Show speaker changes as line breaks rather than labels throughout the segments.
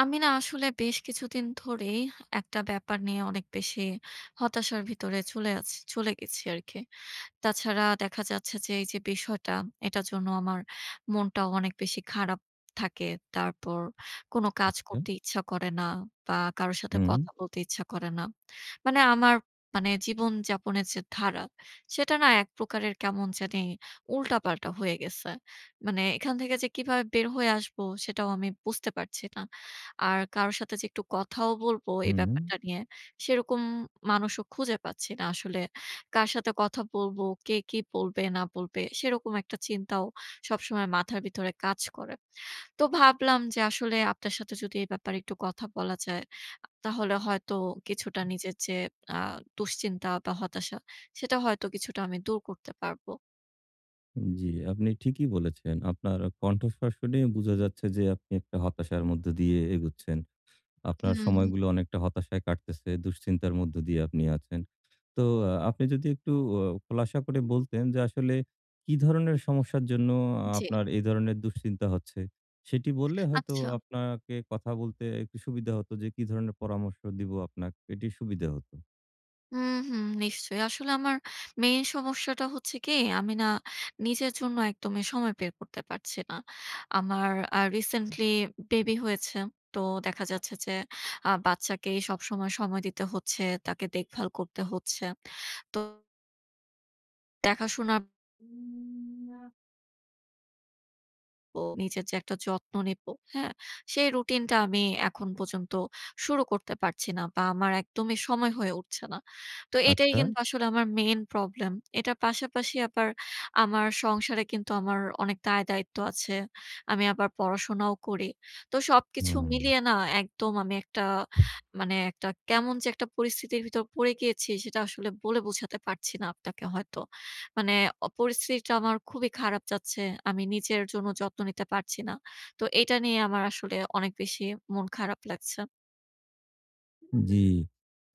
আমি না আসলে বেশ কিছুদিন ধরেই একটা ব্যাপার নিয়ে অনেক বেশি হতাশার ভিতরে চলে গেছি আরকি। তাছাড়া দেখা যাচ্ছে যে এই যে বিষয়টা, এটার জন্য আমার মনটাও অনেক বেশি খারাপ থাকে। তারপর কোনো কাজ
আচ্ছা।
করতে ইচ্ছা করে না বা কারো সাথে
হুম,
কথা বলতে ইচ্ছা করে না। মানে আমার মানে জীবনযাপনের যে ধারা, সেটা না এক প্রকারের কেমন জানি উল্টাপাল্টা হয়ে গেছে। মানে এখান থেকে যে কিভাবে বের হয়ে আসবো সেটাও আমি বুঝতে পারছি না। আর কারো সাথে যে একটু কথাও বলবো এই
হুম।
ব্যাপারটা নিয়ে, সেরকম মানুষও খুঁজে পাচ্ছি না আসলে কার সাথে কথা বলবো, কে কি বলবে না বলবে সেরকম একটা চিন্তাও সবসময় মাথার ভিতরে কাজ করে। তো ভাবলাম যে আসলে আপনার সাথে যদি এই ব্যাপারে একটু কথা বলা যায়, তাহলে হয়তো কিছুটা নিজের যে আ দুশ্চিন্তা বা হতাশা সেটা হয়তো কিছুটা আমি দূর করতে পারবো।
জি, আপনি ঠিকই বলেছেন। আপনার কণ্ঠস্বর শুনে বোঝা যাচ্ছে যে আপনি একটা হতাশার মধ্য দিয়ে এগুচ্ছেন। আপনার
হুম,
সময়গুলো অনেকটা হতাশায় কাটতেছে, দুশ্চিন্তার মধ্য দিয়ে আপনি আছেন। তো আপনি যদি একটু অ খোলাসা করে বলতেন যে আসলে কি ধরনের সমস্যার জন্য
জি।
আপনার এই ধরনের দুশ্চিন্তা হচ্ছে? সেটি বললে হয়তো
আচ্ছা।
আপনাকে কথা বলতে একটু সুবিধা হতো যে কি ধরনের পরামর্শ দিব আপনাকে, এটি সুবিধা হতো।
হুম, হুম, নিশ্চয়ই। আসলে আমার মেইন সমস্যাটা হচ্ছে কি, আমি না নিজের জন্য একদমই সময় বের করতে পারছি না। আমার রিসেন্টলি বেবি হয়েছে। তো দেখা যাচ্ছে যে বাচ্চাকে সবসময় সময় সময় দিতে হচ্ছে, তাকে দেখভাল করতে হচ্ছে। তো দেখাশোনার ও নিজের যে একটা যত্ন নিবো, হ্যাঁ? সেই রুটিনটা আমি এখন পর্যন্ত শুরু করতে পারছি না বা আমার একদমই সময় হয়ে উঠছে না। তো এটাই
আচ্ছা।
কিন্তু আসলে আমার মেইন প্রবলেম। এটার পাশাপাশি আবার আমার সংসারে কিন্তু আমার অনেক দায়-দায়িত্ব আছে। আমি আবার পড়াশোনাও করি। তো সবকিছু
হুম।
মিলিয়ে না একদম আমি একটা মানে একটা কেমন যে একটা পরিস্থিতির ভিতর পড়ে গিয়েছি সেটা আসলে বলে বোঝাতে পারছি না আপনাকে হয়তো। মানে পরিস্থিতিটা আমার খুবই খারাপ যাচ্ছে। আমি নিজের জন্য যত্ন নিতে পারছি না। তো এটা নিয়ে আমার আসলে অনেক বেশি মন খারাপ লাগছে।
জি,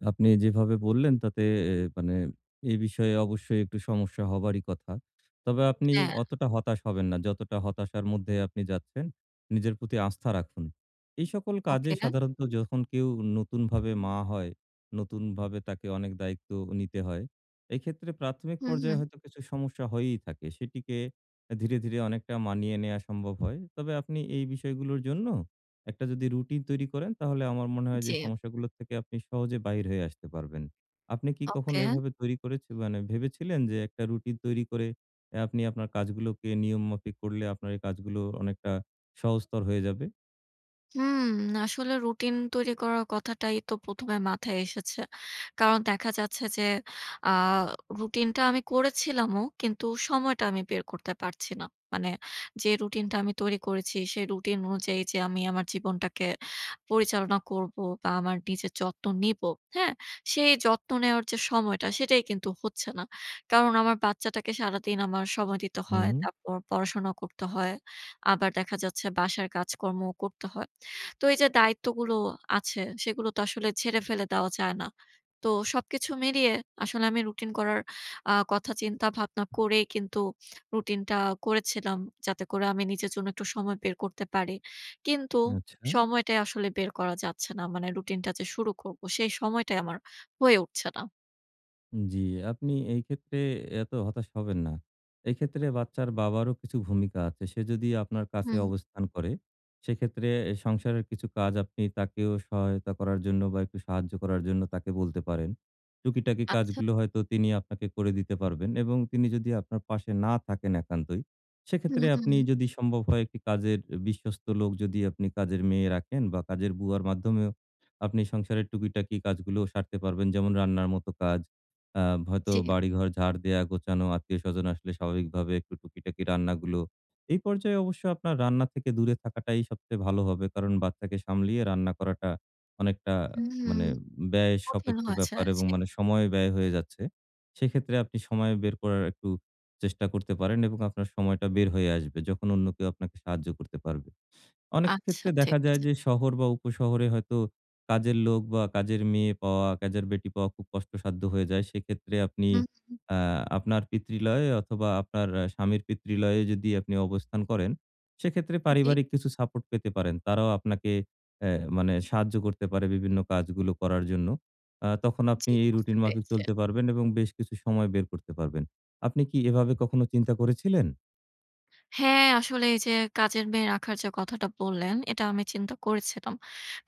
আপনি যেভাবে বললেন তাতে মানে এই বিষয়ে অবশ্যই একটু সমস্যা হবারই কথা। তবে আপনি
হ্যাঁ,
অতটা হতাশ হবেন না। যতটা হতাশার মধ্যে আপনি যাচ্ছেন, নিজের প্রতি আস্থা রাখুন। এই সকল কাজে
ওকে।
সাধারণত যখন কেউ নতুনভাবে মা হয়, নতুনভাবে তাকে অনেক দায়িত্ব নিতে হয়। এক্ষেত্রে প্রাথমিক
হুম,
পর্যায়ে
হুম।
হয়তো কিছু সমস্যা হয়েই থাকে। সেটিকে ধীরে, ধীরে অনেকটা মানিয়ে নেয়া সম্ভব হয়। তবে আপনি এই বিষয়গুলোর জন্য একটা যদি রুটিন তৈরি করেন তাহলে আমার মনে হয় যে
জি,
সমস্যাগুলো থেকে আপনি সহজে বাইর হয়ে আসতে পারবেন। আপনি কি কখনো
ওকে।
এভাবে তৈরি করেছি মানে ভেবেছিলেন যে একটা রুটিন তৈরি করে আপনি আপনার কাজগুলোকে নিয়ম মাফিক করলে আপনার এই কাজগুলো অনেকটা সহজতর হয়ে যাবে?
হুম, আসলে রুটিন তৈরি করার কথাটাই তো ১ম এ মাথায় এসেছে। কারণ দেখা যাচ্ছে যে আ রুটিনটা আমি করেছিলামও, কিন্তু সময়টা আমি বের করতে পারছি না। মানে যে রুটিনটা আমি তৈরি করেছি, সেই রুটিন অনুযায়ী যে আমি আমার জীবনটাকে পরিচালনা করব বা আমার নিজের যত্ন নিব, হ্যাঁ? সেই যত্ন নেওয়ার যে সময়টা, সেটাই কিন্তু হচ্ছে না। কারণ আমার বাচ্চাটাকে সারাদিন আমার সময় দিতে হয়,
হুম,
তারপর পড়াশোনা করতে হয়। আবার দেখা যাচ্ছে বাসার কাজকর্মও করতে হয়। তো এই যে দায়িত্বগুলো আছে, সেগুলো তো আসলে ঝেড়ে ফেলে দেওয়া যায় না। তো সবকিছু মিলিয়ে আসলে আমি রুটিন করার কথা চিন্তা ভাবনা করেই কিন্তু রুটিনটা করেছিলাম, যাতে করে আমি নিজের জন্য একটু সময় বের করতে পারি। কিন্তু
আচ্ছা।
সময়টাই আসলে বের করা যাচ্ছে না। মানে রুটিনটা যে শুরু করব, সেই সময়টাই আমার হয়ে উঠছে না।
জি, আপনি এই ক্ষেত্রে এত হতাশ হবেন না। এক্ষেত্রে বাচ্চার বাবারও কিছু ভূমিকা আছে। সে যদি আপনার কাছে
হুম,
অবস্থান করে, সেক্ষেত্রে সংসারের কিছু কাজ আপনি তাকেও সহায়তা করার জন্য বা একটু সাহায্য করার জন্য তাকে বলতে পারেন। টুকিটাকি
আচ্ছা।
কাজগুলো হয়তো তিনি আপনাকে করে দিতে পারবেন এবং তিনি যদি আপনার পাশে না থাকেন একান্তই,
হুম,
সেক্ষেত্রে
হুম,
আপনি যদি সম্ভব হয় একটি কাজের বিশ্বস্ত লোক যদি আপনি কাজের মেয়ে রাখেন বা কাজের বুয়ার মাধ্যমেও আপনি সংসারের টুকিটাকি কাজগুলো সারতে পারবেন। যেমন রান্নার মতো কাজ আ হয়তো
জি।
বাড়িঘর ঝাড় দেয়া, গোছানো, আত্মীয়স্বজন আসলে স্বাভাবিকভাবে একটু টুকিটাকি রান্নাগুলো। এই পর্যায়ে অবশ্য আপনার রান্না থেকে দূরে থাকাটাই সবচেয়ে ভালো হবে। কারণ বাচ্চাকে সামলিয়ে রান্না করাটা অনেকটা
হুম, হুম
মানে ব্যয়
কঠিন
সাপেক্ষ
হয়েছে।
ব্যাপার এবং
জি।
মানে সময় ব্যয় হয়ে যাচ্ছে। সেক্ষেত্রে আপনি সময় বের করার একটু চেষ্টা করতে পারেন এবং আপনার সময়টা বের হয়ে আসবে যখন অন্য কেউ আপনাকে সাহায্য করতে পারবে। অনেক
আচ্ছা,
ক্ষেত্রে দেখা
ঠিক
যায়
আছে।
যে শহর বা উপশহরে হয়তো কাজের লোক বা কাজের মেয়ে পাওয়া, কাজের বেটি পাওয়া খুব কষ্টসাধ্য হয়ে যায়। সেক্ষেত্রে আপনি
হুম, হুম।
আ আপনার পিতৃলয়ে অথবা আপনার স্বামীর পিতৃলয়ে যদি আপনি অবস্থান করেন, সেক্ষেত্রে
জি,
পারিবারিক কিছু সাপোর্ট পেতে পারেন। তারাও আপনাকে অ্যা মানে সাহায্য করতে পারে বিভিন্ন কাজগুলো করার জন্য। তখন আপনি
জি
এই
বুঝতে
রুটিন মাফিক
পেরেছি।
চলতে পারবেন এবং বেশ কিছু সময় বের করতে পারবেন। আপনি কি এভাবে কখনো চিন্তা করেছিলেন?
হ্যাঁ, আসলে এই যে কাজের মেয়ে রাখার যে কথাটা বললেন, এটা আমি চিন্তা করেছিলাম।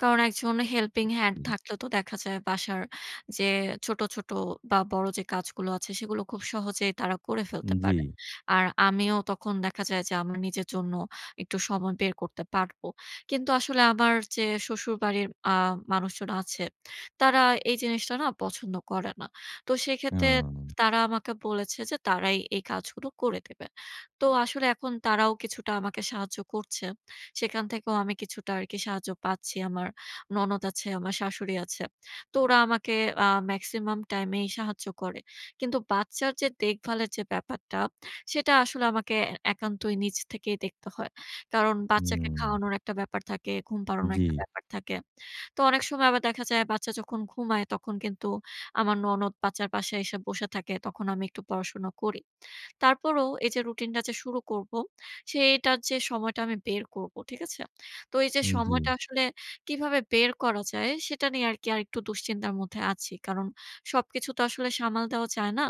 কারণ একজন হেল্পিং হ্যান্ড থাকলে তো দেখা যায় বাসার যে ছোট, ছোট বা বড় যে কাজগুলো আছে সেগুলো খুব সহজেই তারা করে ফেলতে
জি।
পারে। আর আমিও তখন দেখা যায় যে আমার নিজের জন্য একটু সময় বের করতে পারবো। কিন্তু আসলে আমার যে শ্বশুরবাড়ির মানুষজন আছে, তারা এই জিনিসটা না পছন্দ করে না। তো
আ
সেক্ষেত্রে তারা আমাকে বলেছে যে তারাই এই কাজগুলো করে দেবে। তো আসলে এখন তারাও কিছুটা আমাকে সাহায্য করছে। সেখান থেকেও আমি কিছুটা আরকি সাহায্য পাচ্ছি। আমার ননদ আছে, আমার শাশুড়ি আছে। তো ওরা আমাকে আ মেক্সিমাম টাইমেই সাহায্য করে। কিন্তু বাচ্চার যে দেখভালের যে ব্যাপারটা, সেটা আসলে আমাকে একান্তই নিজ থেকেই দেখতে হয়। কারণ বাচ্চাকে
হুম,
খাওয়ানোর একটা ব্যাপার থাকে, ঘুম পাড়ানোর
জি।
একটা ব্যাপার থাকে। তো অনেক সময় আবার দেখা যায় বাচ্চা যখন ঘুমায় তখন কিন্তু আমার ননদ বাচ্চার পাশে এসে বসে থাকে। তখন আমি একটু পড়াশোনা করি। তারপরও এই যে রুটিনটা যে শুরু করব, সেটার যে সময়টা আমি বের করব। ঠিক আছে? তো এই যে
জি,
সময়টা আসলে কিভাবে বের করা যায় সেটা নিয়ে আরকি আরেকটু দুশ্চিন্তার মধ্যে আছি। কারণ সবকিছু তো আসলে সামাল দেওয়া যায় না।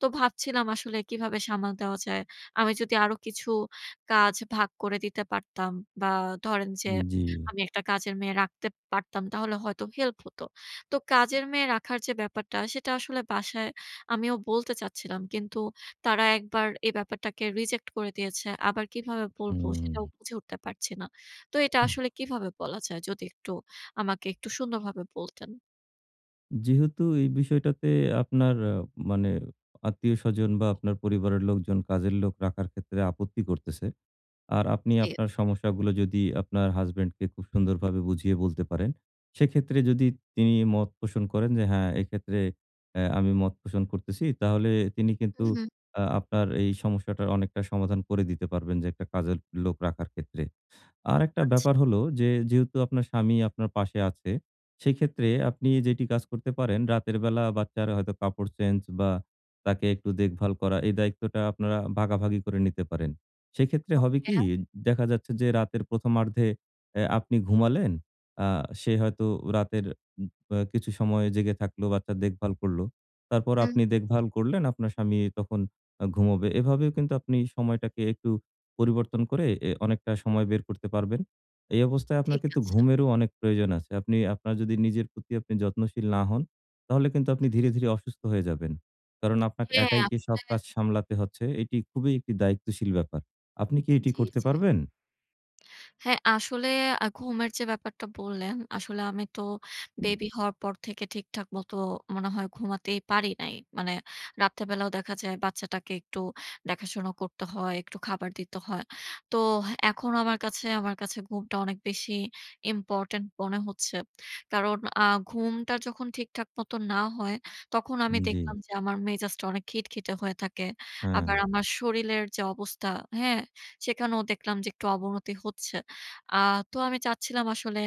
তো ভাবছিলাম আসলে কিভাবে সামাল দেওয়া যায়। আমি যদি আরো কিছু কাজ ভাগ করে দিতে পারতাম বা ধরেন যে
জি।
আমি একটা কাজের মেয়ে রাখতে পারতাম তাহলে হয়তো হেল্প হতো। তো কাজের মেয়ে রাখার যে ব্যাপারটা সেটা আসলে বাসায় আমিও বলতে চাচ্ছিলাম। কিন্তু তারা একবার এই ব্যাপারটাকে রিজেক্ট করে দিয়েছে। আবার কিভাবে বলব
হুম।
সেটাও বুঝে উঠতে পারছি না। তো এটা আসলে কিভাবে বলা যায়? যদি একটু আমাকে একটু সুন্দরভাবে বলতেন।
যেহেতু এই বিষয়টাতে আপনার মানে আত্মীয়স্বজন বা আপনার পরিবারের লোকজন কাজের লোক রাখার ক্ষেত্রে আপত্তি করতেছে। আর আপনি
জি।
আপনার সমস্যাগুলো যদি আপনার হাসব্যান্ডকে খুব সুন্দরভাবে বুঝিয়ে বলতে পারেন, সেক্ষেত্রে যদি তিনি মত পোষণ করেন যে হ্যাঁ, এক্ষেত্রে আমি মত পোষণ করতেছি, তাহলে তিনি কিন্তু
হুম, হুম।
আপনার এই সমস্যাটার অনেকটা সমাধান করে দিতে পারবেন যে একটা কাজের লোক রাখার ক্ষেত্রে। আরেকটা
আচ্ছা।
ব্যাপার হলো যে, যেহেতু আপনার স্বামী আপনার পাশে আছে, সেক্ষেত্রে আপনি যেটি কাজ করতে পারেন, রাতের বেলা বাচ্চার হয়তো কাপড় চেঞ্জ বা তাকে একটু দেখভাল করা, এই দায়িত্বটা আপনারা ভাগাভাগি করে নিতে পারেন। সেক্ষেত্রে হবে
ওকে।
কি? দেখা যাচ্ছে যে রাতের ১ম আর্ধে আপনি ঘুমালেন, আ সে হয়তো রাতের উম আ কিছু সময় জেগে থাকলো, বাচ্চার দেখভাল করলো। তারপর
হুম,
আপনি দেখভাল করলেন, আপনার স্বামী তখন ঘুমোবে। এভাবেও কিন্তু আপনি সময়টাকে একটু পরিবর্তন করে অনেকটা সময় বের করতে পারবেন। এই অবস্থায় আপনার
ঠিক
কিন্তু
আছে।
ঘুমেরও অনেক প্রয়োজন আছে। আপনি আপনার যদি নিজের প্রতি আপনি যত্নশীল না হন, তাহলে কিন্তু আপনি ধীরে,
হুম,
ধীরে অসুস্থ হয়ে যাবেন। কারণ আপনাকে
হ্যাঁ,
একাই কি সব
আসলে
কাজ সামলাতে হচ্ছে। এটি খুবই একটি দায়িত্বশীল ব্যাপার। আপনি কি এটি
জি,
করতে
জি।
পারবেন?
হ্যাঁ, আসলে ঘুমের যে ব্যাপারটা বললেন, আসলে আমি তো বেবি হওয়ার পর থেকে ঠিকঠাক মতো মনে হয় ঘুমাতেই পারি নাই। মানে রাতের বেলাও দেখা যায় বাচ্চাটাকে একটু দেখাশোনা করতে হয়, একটু খাবার দিতে হয়। তো এখন আমার কাছে ঘুমটা অনেক বেশি ইম্পোর্টেন্ট মনে হচ্ছে। কারণ ঘুমটা যখন ঠিকঠাক মতো না হয়, তখন আমি
জি,
দেখলাম যে আমার মেজাজটা অনেক খিটখিটে হয়ে থাকে।
হ্যাঁ,
আবার আমার শরীরের যে অবস্থা, হ্যাঁ? সেখানেও দেখলাম যে একটু অবনতি হচ্ছে। আ তো আমি চাচ্ছিলাম আসলে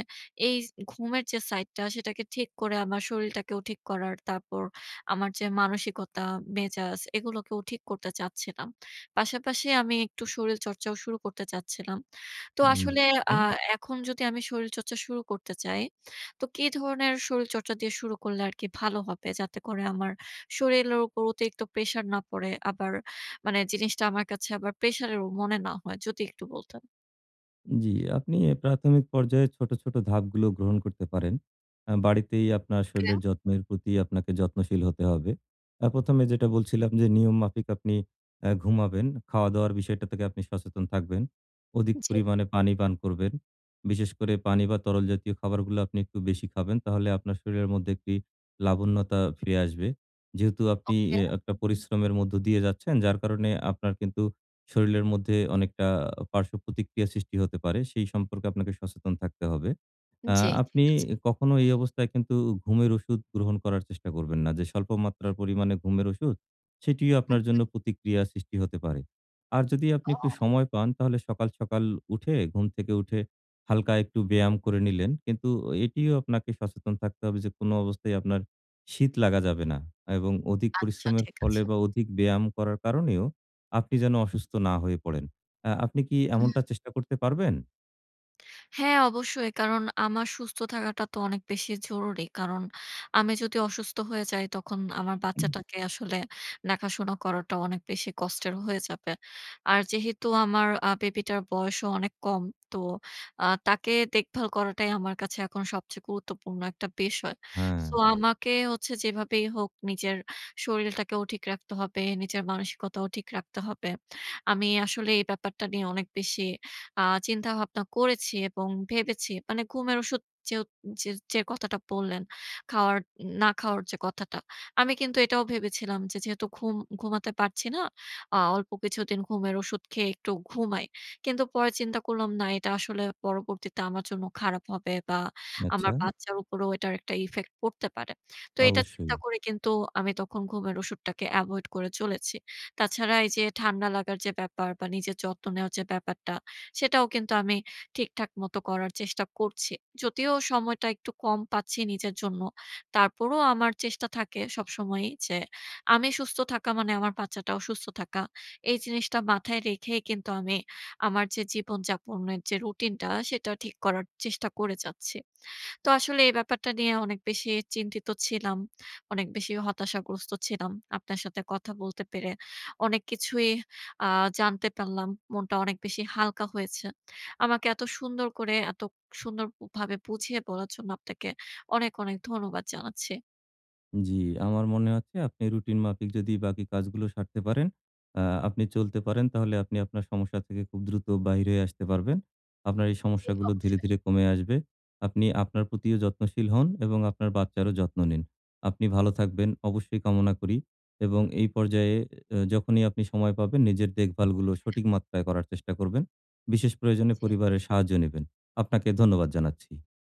এই ঘুমের যে সাইডটা সেটাকে ঠিক করে আমার শরীরটাকেও ঠিক করার, তারপর আমার যে মানসিকতা, মেজাজ এগুলোকেও ঠিক করতে চাচ্ছিলাম। পাশাপাশি আমি একটু শরীরচর্চাও শুরু করতে চাচ্ছিলাম। তো
উম
আসলে
আচ্ছা।
আ এখন যদি আমি শরীরচর্চা শুরু করতে চাই, তো কি ধরনের শরীরচর্চা দিয়ে শুরু করলে আরকি ভালো হবে? যাতে করে আমার শরীরের উপর অতিরিক্ত প্রেশার না পড়ে, আবার মানে জিনিসটা আমার কাছে আবার প্রেশারেরও মনে না হয়। যদি একটু বলতেন।
জি, আপনি প্রাথমিক পর্যায়ে ছোট, ছোট ধাপগুলো গ্রহণ করতে পারেন। বাড়িতেই আপনার
ওকে,
শরীরের যত্নের প্রতি আপনাকে যত্নশীল হতে হবে। ১ম এ যেটা বলছিলাম যে নিয়ম মাফিক আপনি ঘুমাবেন। খাওয়া-দাওয়ার বিষয়টা থেকে আপনি সচেতন থাকবেন। অধিক
জি।
পরিমাণে পানি পান করবেন। বিশেষ করে পানি বা তরল জাতীয় খাবারগুলো আপনি একটু বেশি খাবেন। তাহলে আপনার শরীরের মধ্যে একটি লাবণ্যতা ফিরে আসবে। যেহেতু আপনি
ওকে।
একটা পরিশ্রমের মধ্য দিয়ে যাচ্ছেন, যার কারণে আপনার কিন্তু শরীরের মধ্যে অনেকটা পার্শ্ব প্রতিক্রিয়া সৃষ্টি হতে পারে। সেই সম্পর্কে আপনাকে সচেতন থাকতে হবে। আ
জি,
আপনি
ঠিক আছে।
কখনো এই অবস্থায় কিন্তু ঘুমের ওষুধ গ্রহণ করার চেষ্টা করবেন না। যে স্বল্প মাত্রার পরিমাণে ঘুমের ওষুধ, সেটিও আপনার
হুম।
জন্য প্রতিক্রিয়া সৃষ্টি হতে পারে। আর যদি আপনি একটু
ও
সময় পান তাহলে সকাল, সকাল উঠে ঘুম থেকে উঠে হালকা একটু ব্যায়াম করে নিলেন। কিন্তু এটিও আপনাকে সচেতন থাকতে হবে যে কোনো অবস্থায় আপনার শীত লাগা যাবে না। এবং অধিক
আচ্ছা
পরিশ্রমের
ঠিক
ফলে
আছে।
বা অধিক ব্যায়াম করার কারণেও আপনি যেন অসুস্থ না হয়ে পড়েন। আপনি কি
হুম।
এমনটা চেষ্টা করতে পারবেন?
হ্যাঁ, অবশ্যই। কারণ আমার সুস্থ থাকাটা তো অনেক বেশি জরুরি। কারণ আমি যদি অসুস্থ হয়ে যাই তখন আমার বাচ্চাটাকে আসলে দেখাশোনা করাটা অনেক বেশি কষ্টের হয়ে যাবে। আর যেহেতু আমার বেবিটার বয়সও অনেক কম, তো তাকে দেখভাল করাটাই আমার কাছে এখন সবচেয়ে গুরুত্বপূর্ণ একটা বিষয়।
হ্যাঁ,
সো আমাকে হচ্ছে যেভাবেই হোক নিজের শরীরটাকেও ঠিক রাখতে হবে, নিজের মানসিকতাও ঠিক রাখতে হবে। আমি আসলে এই ব্যাপারটা নিয়ে অনেক বেশি আ চিন্তাভাবনা করেছি এবং ভেবেছি মানে ঘুমের ওষুধ যেও যে যে কথাটা বললেন, খাওয়ার না খাওয়ার যে কথাটা। আমি কিন্তু এটাও ভেবেছিলাম যে যেহেতু ঘুমাতে পারছি না, অল্প কিছুদিন ঘুমের ওষুধ খেয়ে একটু ঘুমাই। কিন্তু পরে চিন্তা করলাম না এটা আসলে পরবর্তীতে আমার জন্য খারাপ হবে বা
আচ্ছা,
আমার বাচ্চার উপরেও এটার একটা ইফেক্ট পড়তে পারে। তো এটা
অবশ্যই।
চিন্তা করে কিন্তু আমি তখন ঘুমের ওষুধটাকে এভয়েড করে চলেছি। তাছাড়া এই যে ঠান্ডা লাগার যে ব্যাপার বা নিজের যত্ন নেওয়ার যে ব্যাপারটা সেটাও কিন্তু আমি ঠিকঠাক মতো করার চেষ্টা করছি। যদিও সময়টা একটু কম পাচ্ছি নিজের জন্য। তারপরও আমার চেষ্টা থাকে সবসময়ই যে আমি সুস্থ থাকা মানে আমার বাচ্চাটাও সুস্থ থাকা। এই জিনিসটা মাথায় রেখেই কিন্তু আমি আমার যে জীবনযাপনের যে রুটিনটা সেটা ঠিক করার চেষ্টা করে যাচ্ছি। তো আসলে এই ব্যাপারটা নিয়ে অনেক বেশি চিন্তিত ছিলাম। অনেক বেশি হতাশাগ্রস্ত ছিলাম। আপনার সাথে কথা বলতে পেরে অনেক কিছুই আ জানতে পারলাম। মনটা অনেক বেশি হালকা হয়েছে। আমাকে এত সুন্দর করে এত সুন্দরভাবে বুঝিয়ে বলার জন্য আপনাকে অনেক, অনেক ধন্যবাদ জানাচ্ছি।
জি, আমার মনে হচ্ছে আপনি রুটিন মাফিক যদি বাকি কাজগুলো সারতে পারেন, আ আপনি চলতে পারেন তাহলে আপনি আপনার সমস্যা থেকে খুব দ্রুত বাহির হয়ে আসতে পারবেন। আপনার এই
জি,
সমস্যাগুলো ধীরে,
অবশ্যই।
ধীরে কমে আসবে। আপনি আপনার প্রতিও যত্নশীল হন এবং আপনার বাচ্চারও যত্ন নিন। আপনি ভালো থাকবেন অবশ্যই কামনা করি এবং এই পর্যায়ে যখনই আপনি সময় পাবেন নিজের দেখভালগুলো সঠিক মাত্রায় করার চেষ্টা করবেন। বিশেষ প্রয়োজনে
জি।
পরিবারের সাহায্য নিবেন। আপনাকে ধন্যবাদ জানাচ্ছি।